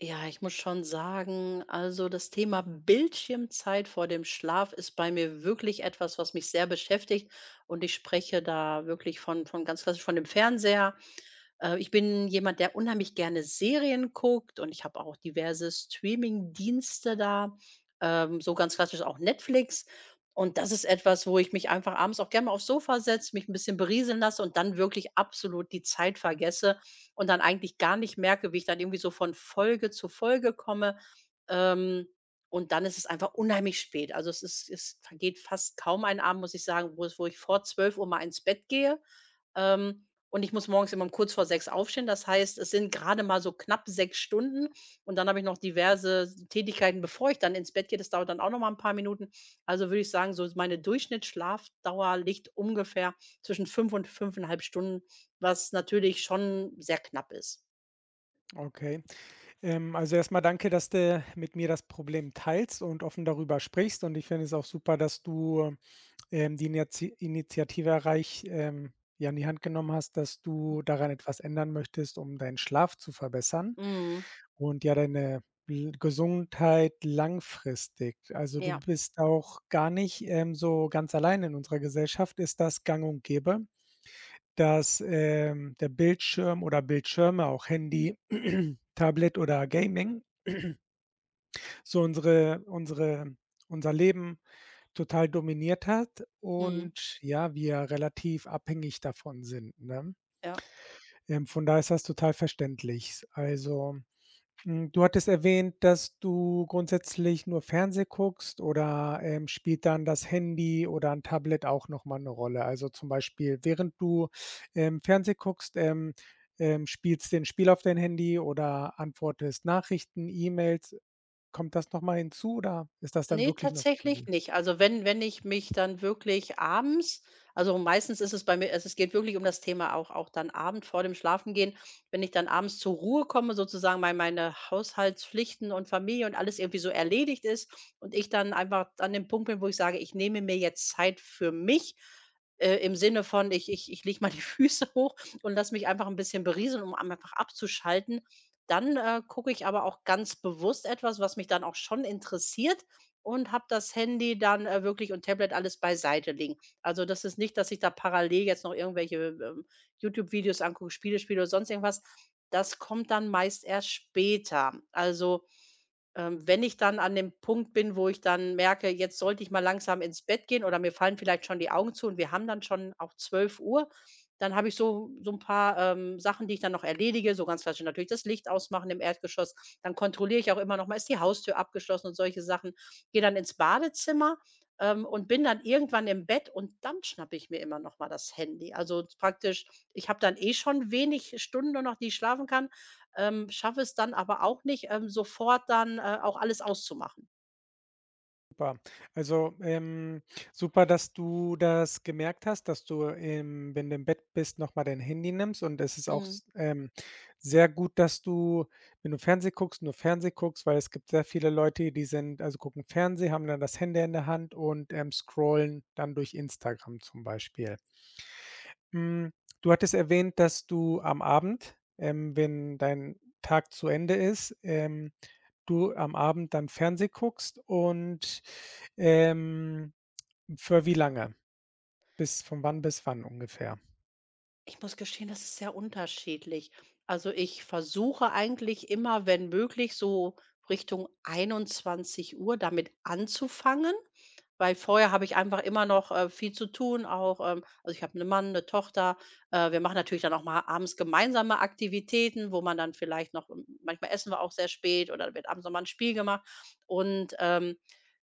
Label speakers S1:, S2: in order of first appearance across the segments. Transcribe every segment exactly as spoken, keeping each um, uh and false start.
S1: Ja, ich muss schon sagen, also das Thema Bildschirmzeit vor dem Schlaf ist bei mir wirklich etwas, was mich sehr beschäftigt. Und ich spreche da wirklich von, von ganz klassisch von dem Fernseher, äh, ich bin jemand, der unheimlich gerne Serien guckt und ich habe auch diverse Streaming-Dienste da, ähm, so ganz klassisch auch Netflix. Und das ist etwas, wo ich mich einfach abends auch gerne mal aufs Sofa setze, mich ein bisschen berieseln lasse und dann wirklich absolut die Zeit vergesse und dann eigentlich gar nicht merke, wie ich dann irgendwie so von Folge zu Folge komme. Ähm, und dann ist es einfach unheimlich spät. Also, es ist es vergeht fast kaum ein Abend, muss ich sagen, wo es wo ich vor zwölf Uhr mal ins Bett gehe. Ähm, und ich muss morgens immer um kurz vor sechs aufstehen. Das heißt, es sind gerade mal so knapp sechs Stunden und dann habe ich noch diverse Tätigkeiten, bevor ich dann ins Bett gehe. Das dauert dann auch noch mal ein paar Minuten. Also, würde ich sagen, so meine Durchschnittsschlafdauer liegt ungefähr zwischen fünf und fünfeinhalb Stunden, was natürlich schon sehr knapp ist.
S2: Okay. Ähm, also erstmal danke, dass du mit mir das Problem teilst und offen darüber sprichst. Und ich finde es auch super, dass du, ähm, die Iniati Initiative erreich ähm, ja, in die Hand genommen hast, dass du daran etwas ändern möchtest, um deinen Schlaf zu verbessern
S1: Mhm.
S2: und ja deine l Gesundheit langfristig. Also, du
S1: Ja.
S2: bist auch gar nicht, ähm, so ganz allein. In unserer Gesellschaft ist das gang und gäbe, dass, ähm, der Bildschirm oder Bildschirme, auch Handy, Tablet oder Gaming, so unsere unsere unser Leben total dominiert hat
S1: Mhm.
S2: und ja, wir relativ abhängig davon sind, ne?
S1: Ja.
S2: Ähm, von daher ist das total verständlich. Also hm, du hattest erwähnt, dass du grundsätzlich nur Fernseh guckst oder, ähm, spielt dann das Handy oder ein Tablet auch noch mal 'ne Rolle? Also, zum Beispiel, während du, ähm, Fernseh guckst, ähm, ähm, spielst du ein Spiel auf dein Handy oder antwortest Nachrichten, E-Mails. Kommt das noch mal hinzu oder ist das dann
S1: Ne,
S2: wirklich nur
S1: tatsächlich
S2: Fernsehen?
S1: nicht. Also, wenn wenn ich mich dann wirklich abends, also, meistens ist es bei mir, also, es geht wirklich um das Thema auch auch dann Abend vor dem Schlafengehen, wenn ich dann abends zur Ruhe komme, sozusagen mei meine Haushaltspflichten und Familie und alles irgendwie so erledigt ist und ich dann einfach an dem Punkt bin, wo ich sage: „Ich nehme mir jetzt Zeit für mich“, äh, im Sinne von, ich ich ich lege mal die Füße hoch und lass mich einfach ein bisschen berieseln, um am- einfach abzuschalten. Dann, äh, gucke ich aber auch ganz bewusst etwas, was mich dann auch schon interessiert, und habe das Handy dann, äh, wirklich und Tablet alles beiseite legen. Also, das ist nicht, dass ich da parallel jetzt noch irgendwelche, ähm, YouTube-Videos angucke, Spiele spiele oder sonst irgendwas. Das kommt dann meist erst später. Also, ähm, wenn ich dann an dem Punkt bin, wo ich dann merke, jetzt sollte ich mal langsam ins Bett gehen oder mir fallen vielleicht schon die Augen zu und wir haben dann schon auch zwölf Uhr, dann habe ich so so ein paar, ähm, Sachen, die ich dann noch erledige, so ganz klassisch natürlich das Licht ausmachen im Erdgeschoss. Dann kontrolliere ich auch immer noch mal, ist die Haustür abgeschlossen und solche Sachen. Gehe dann ins Badezimmer, ähm, und bin dann irgendwann im Bett und dann schnappe ich mir immer noch mal das Handy. Also, praktisch, ich habe dann eh schon wenig Stunden nur noch, die ich schlafen kann, ähm, schaffe es dann aber auch nicht, ähm, sofort dann, äh, auch alles auszumachen.
S2: Super. Also, ähm, super, dass du das gemerkt hast, dass du, ähm, wenn du im Bett bist, noch mal dein Handy nimmst und es ist auch
S1: Mhm.
S2: s ähm, sehr gut, dass du, wenn du Fernsehen guckst, nur Fernseh guckst, weil es gibt sehr viele Leute, die sind also gucken Fernseh, haben dann das Handy in der Hand und, ähm, scrollen dann durch Instagram zum Beispiel. Hm, du hattest erwähnt, dass du am Abend, ähm, wenn dein Tag zu Ende ist, ähm du am Abend dann Fernseh guckst und, ähm, für wie lange? Bis von wann bis wann ungefähr?
S1: Ich muss gestehen, das ist sehr unterschiedlich. Also, ich versuche eigentlich immer, wenn möglich, so Richtung einundzwanzig Uhr damit anzufangen. Weil vorher habe ich einfach immer noch, äh, viel zu tun auch, ähm also, ich habe einen Mann, eine Tochter. Äh, wir machen natürlich dann auch mal abends gemeinsame Aktivitäten, wo man dann vielleicht noch m manchmal essen wir auch sehr spät oder dann wird abends noch mal 'n Spiel gemacht. Und, ähm,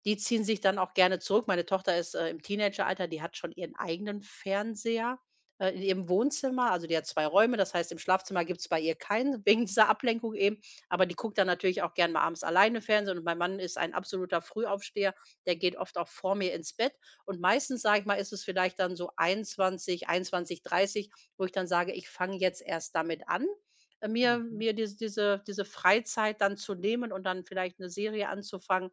S1: die ziehen sich dann auch gerne zurück. Meine Tochter ist, äh, im Teenageralter, die hat schon ihren eigenen Fernseher, äh, in ihrem Wohnzimmer. Also, die hat zwei Räume, das heißt, im Schlafzimmer gibt es bei ihr keinen wegen dieser Ablenkung eben, aber die guckt dann natürlich auch gerne mal abends alleine Fernsehen und mein Mann ist ein absoluter Frühaufsteher. Der geht oft auch vor mir ins Bett und meistens, sage ich mal, ist es vielleicht dann so einundzwanzig Uhr, einundzwanzig Uhr dreißig, wo ich dann sage: „Ich fange jetzt erst damit an, äh, mir
S2: Mhm.
S1: mir diese diese diese Freizeit dann zu nehmen und dann vielleicht eine Serie anzufangen.“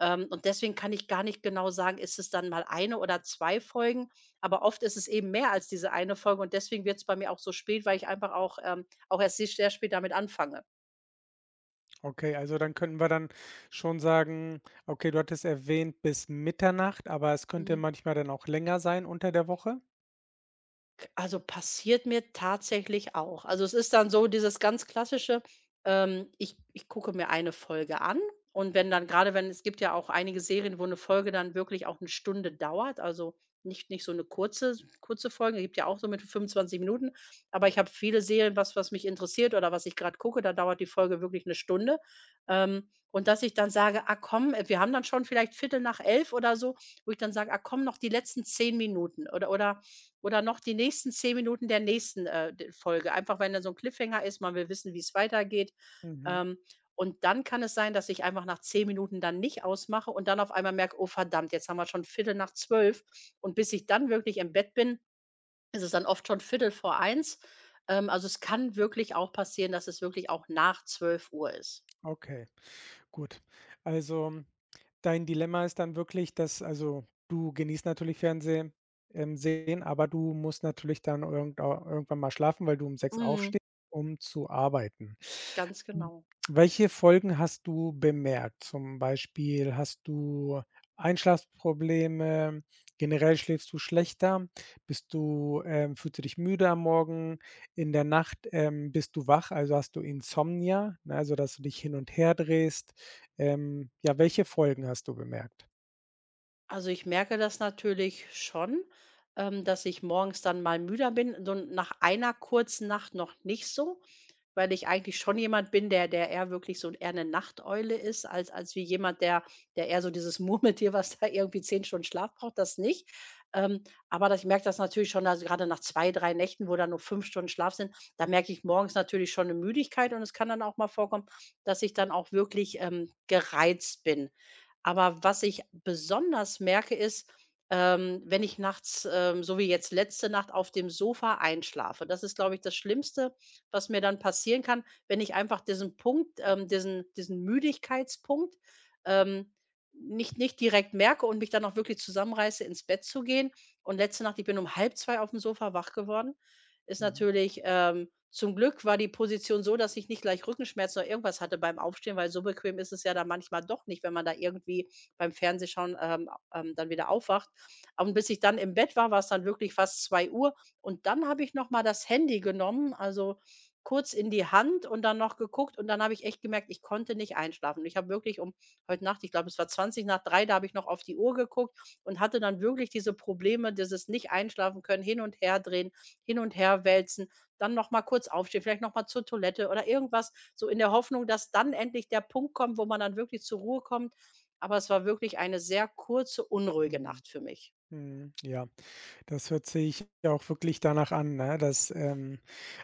S1: Ähm, und deswegen kann ich gar nicht genau sagen, ist es dann mal eine oder zwei Folgen, aber oft ist es eben mehr als diese eine Folge und deswegen wird es bei mir auch so spät, weil ich einfach auch, ähm, auch erst se sehr spät damit anfange.
S2: Okay, also dann könnten wir dann schon sagen, okay, du hattest erwähnt bis Mitternacht, aber es könnte
S1: Mhm.
S2: manchmal dann auch länger sein unter der Woche?
S1: Also, passiert mir tatsächlich auch. Also, es ist dann so dieses ganz Klassische, ähm, ich ich gucke mir eine Folge an und wenn dann gerade, wenn, es gibt ja auch einige Serien, wo eine Folge dann wirklich auch eine Stunde dauert, also, nicht nicht so eine kurze kurze Folge, gibt ja auch so mit fünfundzwanzig Minuten, aber ich habe viele Serien, was was mich interessiert oder was ich gerade gucke, da dauert die Folge wirklich eine Stunde. Ähm, und dass ich dann sage: „Ah komm, äh, wir haben dann schon vielleicht Viertel nach elf oder so“, wo ich dann sage: „Ah komm, noch die letzten zehn Minuten“ oder oder oder noch die nächsten zehn Minuten der nächsten, äh, d Folge. Einfach, wenn da so ein Cliffhanger ist, man will wissen, wie es weitergeht.
S2: Mhm.
S1: Ähm, und dann kann es sein, dass ich einfach nach zehn Minuten dann nicht ausmache und dann auf einmal merke: „Oh verdammt, jetzt haben wir schon Viertel nach zwölf.“ Und bis ich dann wirklich im Bett bin, ist es dann oft schon zwölf Uhr fünfundvierzig. Ähm, also, es kann wirklich auch passieren, dass es wirklich auch nach zwölf Uhr ist.
S2: Okay, gut. Also, dein Dilemma ist dann wirklich, dass also, du genießt natürlich Fernsehen ähm, sehen, aber du musst natürlich dann irgend au irgendwann mal schlafen, weil du um sechs
S1: Mhm,
S2: aufstehst, um zu arbeiten.
S1: ganz
S2: Hm,
S1: genau.
S2: welche Folgen hast du bemerkt? Zum Beispiel, hast du Einschlafprobleme? Generell schläfst du schlechter? Bist du ähm, fühlst du dich müde am Morgen? In der Nacht, ähm, bist du wach, also hast du Insomnia, ne, also dass du dich hin und her drehst. Ähm, ja, welche Folgen hast du bemerkt?
S1: Also, ich merke das natürlich schon, ähm, dass ich morgens dann mal müder bin, so nach einer kurzen Nacht noch nicht so, weil ich eigentlich schon jemand bin, der der eher wirklich so eher 'ne Nachteule ist als als wie jemand, der der eher so dieses Murmeltier, was da irgendwie zehn Stunden Schlaf braucht, das nicht. Ähm, aber das ich merke das natürlich schon, also, gerade nach zwei, drei Nächten, wo da nur fünf Stunden Schlaf sind, da merke ich morgens natürlich schon eine Müdigkeit und es kann dann auch mal vorkommen, dass ich dann auch wirklich, ähm, gereizt bin. Aber was ich besonders merke, ist, ähm, wenn ich nachts, ähm, so wie jetzt letzte Nacht, auf dem Sofa einschlafe. Das ist, glaube ich, das Schlimmste, was mir dann passieren kann, wenn ich einfach diesen Punkt, ähm, diesen, diesen Müdigkeitspunkt, ähm, nicht, nicht direkt merke und mich dann auch wirklich zusammenreiße, ins Bett zu gehen. Und letzte Nacht, ich bin um halb zwei auf dem Sofa wach geworden ist
S2: Mhm,
S1: natürlich ähm, Zum Glück war die Position so, dass ich nicht gleich Rückenschmerzen oder irgendwas hatte beim Aufstehen, weil so bequem ist es ja dann manchmal doch nicht, wenn man da irgendwie beim Fernsehschauen, ähm, ähm, dann wieder aufwacht. Und bis ich dann im Bett war, war es dann wirklich fast zwei Uhr. Und dann habe ich noch mal das Handy genommen, also kurz in die Hand und dann noch geguckt. Und dann habe ich echt gemerkt, ich konnte nicht einschlafen. Und ich habe wirklich um heute Nacht, ich glaube, es war zwanzig nach drei, da habe ich noch auf die Uhr geguckt und hatte dann wirklich diese Probleme, dieses Nicht-Einschlafen können, hin und her drehen, hin und her wälzen, dann noch mal kurz aufstehen, vielleicht noch mal zur Toilette oder irgendwas, so in der Hoffnung, dass dann endlich der Punkt kommt, wo man dann wirklich zur Ruhe kommt. Aber es war wirklich eine sehr kurze, unruhige
S2: mhm.
S1: Nacht für mich.
S2: Mhm, ja. Das hört sich ja auch wirklich danach an, ne? Dass, ähm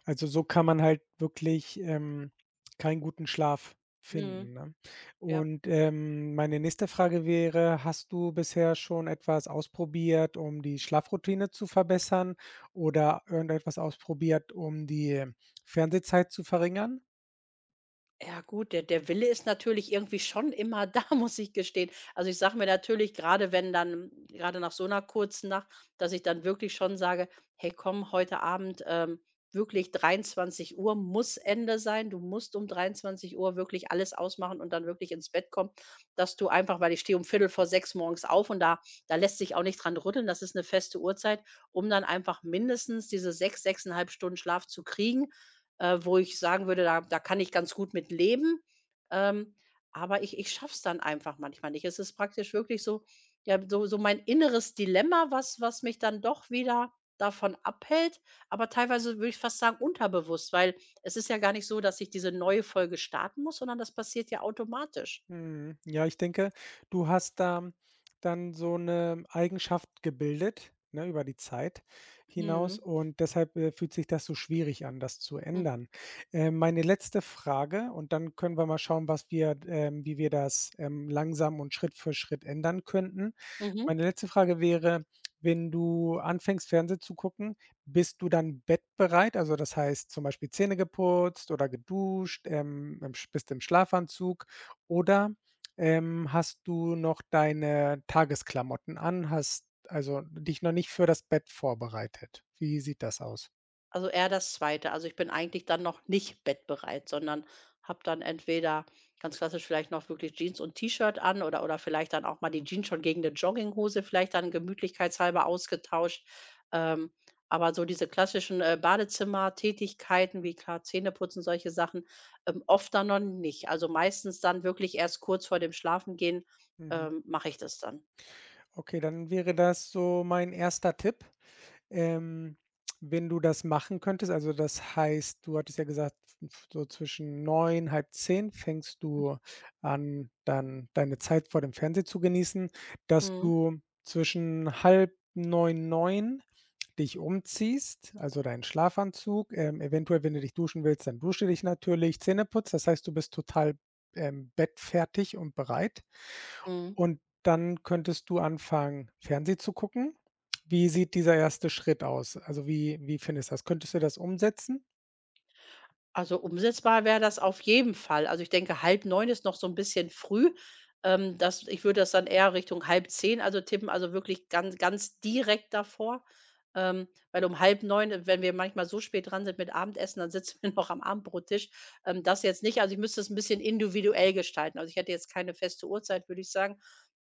S2: also, so kann man halt wirklich, ähm, keinen guten Schlaf
S1: Mhm.
S2: finden, ne?
S1: Ja.
S2: Und, ähm, meine nächste Frage wäre: Hast du bisher schon etwas ausprobiert, um die Schlafroutine zu verbessern oder irgendetwas ausprobiert, um die Fernsehzeit zu verringern?
S1: Ja gut, der der Wille ist natürlich irgendwie schon immer da, muss ich gestehen. Also, ich sage mir natürlich, gerade wenn dann gerade nach so einer kurzen Nacht, dass ich dann wirklich schon sage: „Hey komm, heute Abend, ähm, wirklich dreiundzwanzig Uhr muss Ende sein. Du musst um dreiundzwanzig Uhr wirklich alles ausmachen und dann wirklich ins Bett kommen“, dass du einfach, weil ich stehe um viertel vor sechs morgens auf und da da lässt sich auch nicht dran rütteln. Das ist eine feste Uhrzeit, um dann einfach mindestens diese sechs, sechs Komma fünf Stunden Schlaf zu kriegen, äh, wo ich sagen würde, da da kann ich ganz gut mit leben. Ähm, aber ich ich schaffe es dann einfach manchmal nicht. Es ist praktisch wirklich so, ja, so so mein inneres Dilemma, was was mich dann doch wieder davon abhält, aber teilweise würde ich fast sagen unterbewusst, weil es ist ja gar nicht so, dass ich diese neue Folge starten muss, sondern das passiert ja automatisch.
S2: Mhm. Ja, ich denke, du hast da dann so eine Eigenschaft gebildet, ne, über die Zeit hinaus
S1: Mhm.
S2: und deshalb, äh, fühlt sich das so schwierig an, das zu
S1: Mhm.
S2: ändern. Äh, meine letzte Frage und dann können wir mal schauen, was wir ähm, wie wir das, ähm, langsam und Schritt für Schritt ändern könnten.
S1: Mhm.
S2: Meine letzte Frage wäre, wenn du anfängst, Fernsehen zu gucken, bist du dann bettbereit? Also, das heißt zum Beispiel Zähne geputzt oder geduscht, ähm, im Sch bist im Schlafanzug oder, ähm, hast du noch deine Tagesklamotten an, hast also dich noch nicht für das Bett vorbereitet? Wie sieht das aus?
S1: Also eher das Zweite. Also, ich bin eigentlich dann noch nicht bettbereit, sondern habe dann entweder ganz klassisch vielleicht noch wirklich Jeans und T-Shirt an oder oder vielleicht dann auch mal die Jeans schon gegen eine Jogginghose vielleicht dann gemütlichkeitshalber ausgetauscht. Ähm, aber so diese klassischen, äh, Badezimmertätigkeiten wie klar Zähneputzen, solche Sachen, ähm, oft dann noch nicht. Also, meistens dann wirklich erst kurz vor dem Schlafengehen,
S2: Mhm.
S1: ähm, mache ich das dann.
S2: Okay, dann wäre das so mein erster Tipp. Ähm, wenn du das machen könntest, also das heißt, du hattest ja gesagt, f- so zwischen neun halb zehn fängst
S1: Mhm.
S2: du an, dann deine Zeit vor dem Fernseher zu genießen, dass
S1: Mhm,
S2: du zwischen halb neun neun dich umziehst, also deinen Schlafanzug, ähm, eventuell, wenn du dich duschen willst, dann dusche dich natürlich, Zähne putzt, das heißt, du bist total ähm, bettfertig und bereit.
S1: mhm.
S2: Und dann könntest du anfangen, Fernseh zu gucken. Wie sieht dieser erste Schritt aus? Also, wie wie findest du das? Könntest du das umsetzen?
S1: Also, umsetzbar wäre das auf jeden Fall. Also, ich denke, halb neun ist noch so ein bisschen früh. Ähm, das Ich würde das dann eher Richtung halb zehn, also, tippen, also, wirklich ganz ganz direkt davor. Ähm, weil um acht Uhr dreißig, wenn wir manchmal so spät dran sind mit Abendessen, dann sitzen wir noch am Abendbrottisch. Ähm, das jetzt nicht. Also, ich müsste es ein bisschen individuell gestalten. Also, ich hätte jetzt keine feste Uhrzeit, würde ich sagen.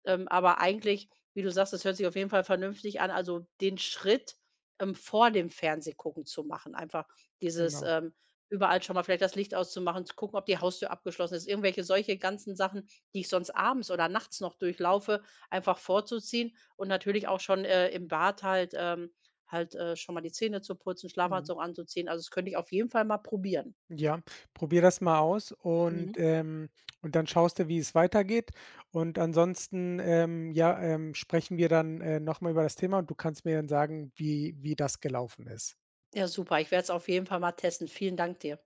S1: Ähm, aber eigentlich, wie du sagst, das hört sich auf jeden Fall vernünftig an, also, den Schritt, ähm, vor dem Fernsehgucken zu machen. Einfach dieses,
S2: Genau.
S1: ähm, überall schon mal vielleicht das Licht auszumachen, zu gucken, ob die Haustür abgeschlossen ist, irgendwelche solche ganzen Sachen, die ich sonst abends oder nachts noch durchlaufe, einfach vorzuziehen und natürlich auch schon, äh, im Bad halt ähm, halt, äh, schon mal die Zähne zu putzen,
S2: Mhm.
S1: Schlafanzug anzuziehen. Also, das könnte ich auf jeden Fall mal probieren.
S2: Ja, probier das mal aus und,
S1: Mhm.
S2: ähm und dann schaust du, wie es weitergeht. Und ansonsten, ähm, ja, ähm, sprechen wir dann, äh, noch mal über das Thema und du kannst mir dann sagen, wie wie das gelaufen ist.
S1: Ja, super. Ich werde es auf jeden Fall mal testen. Vielen Dank dir.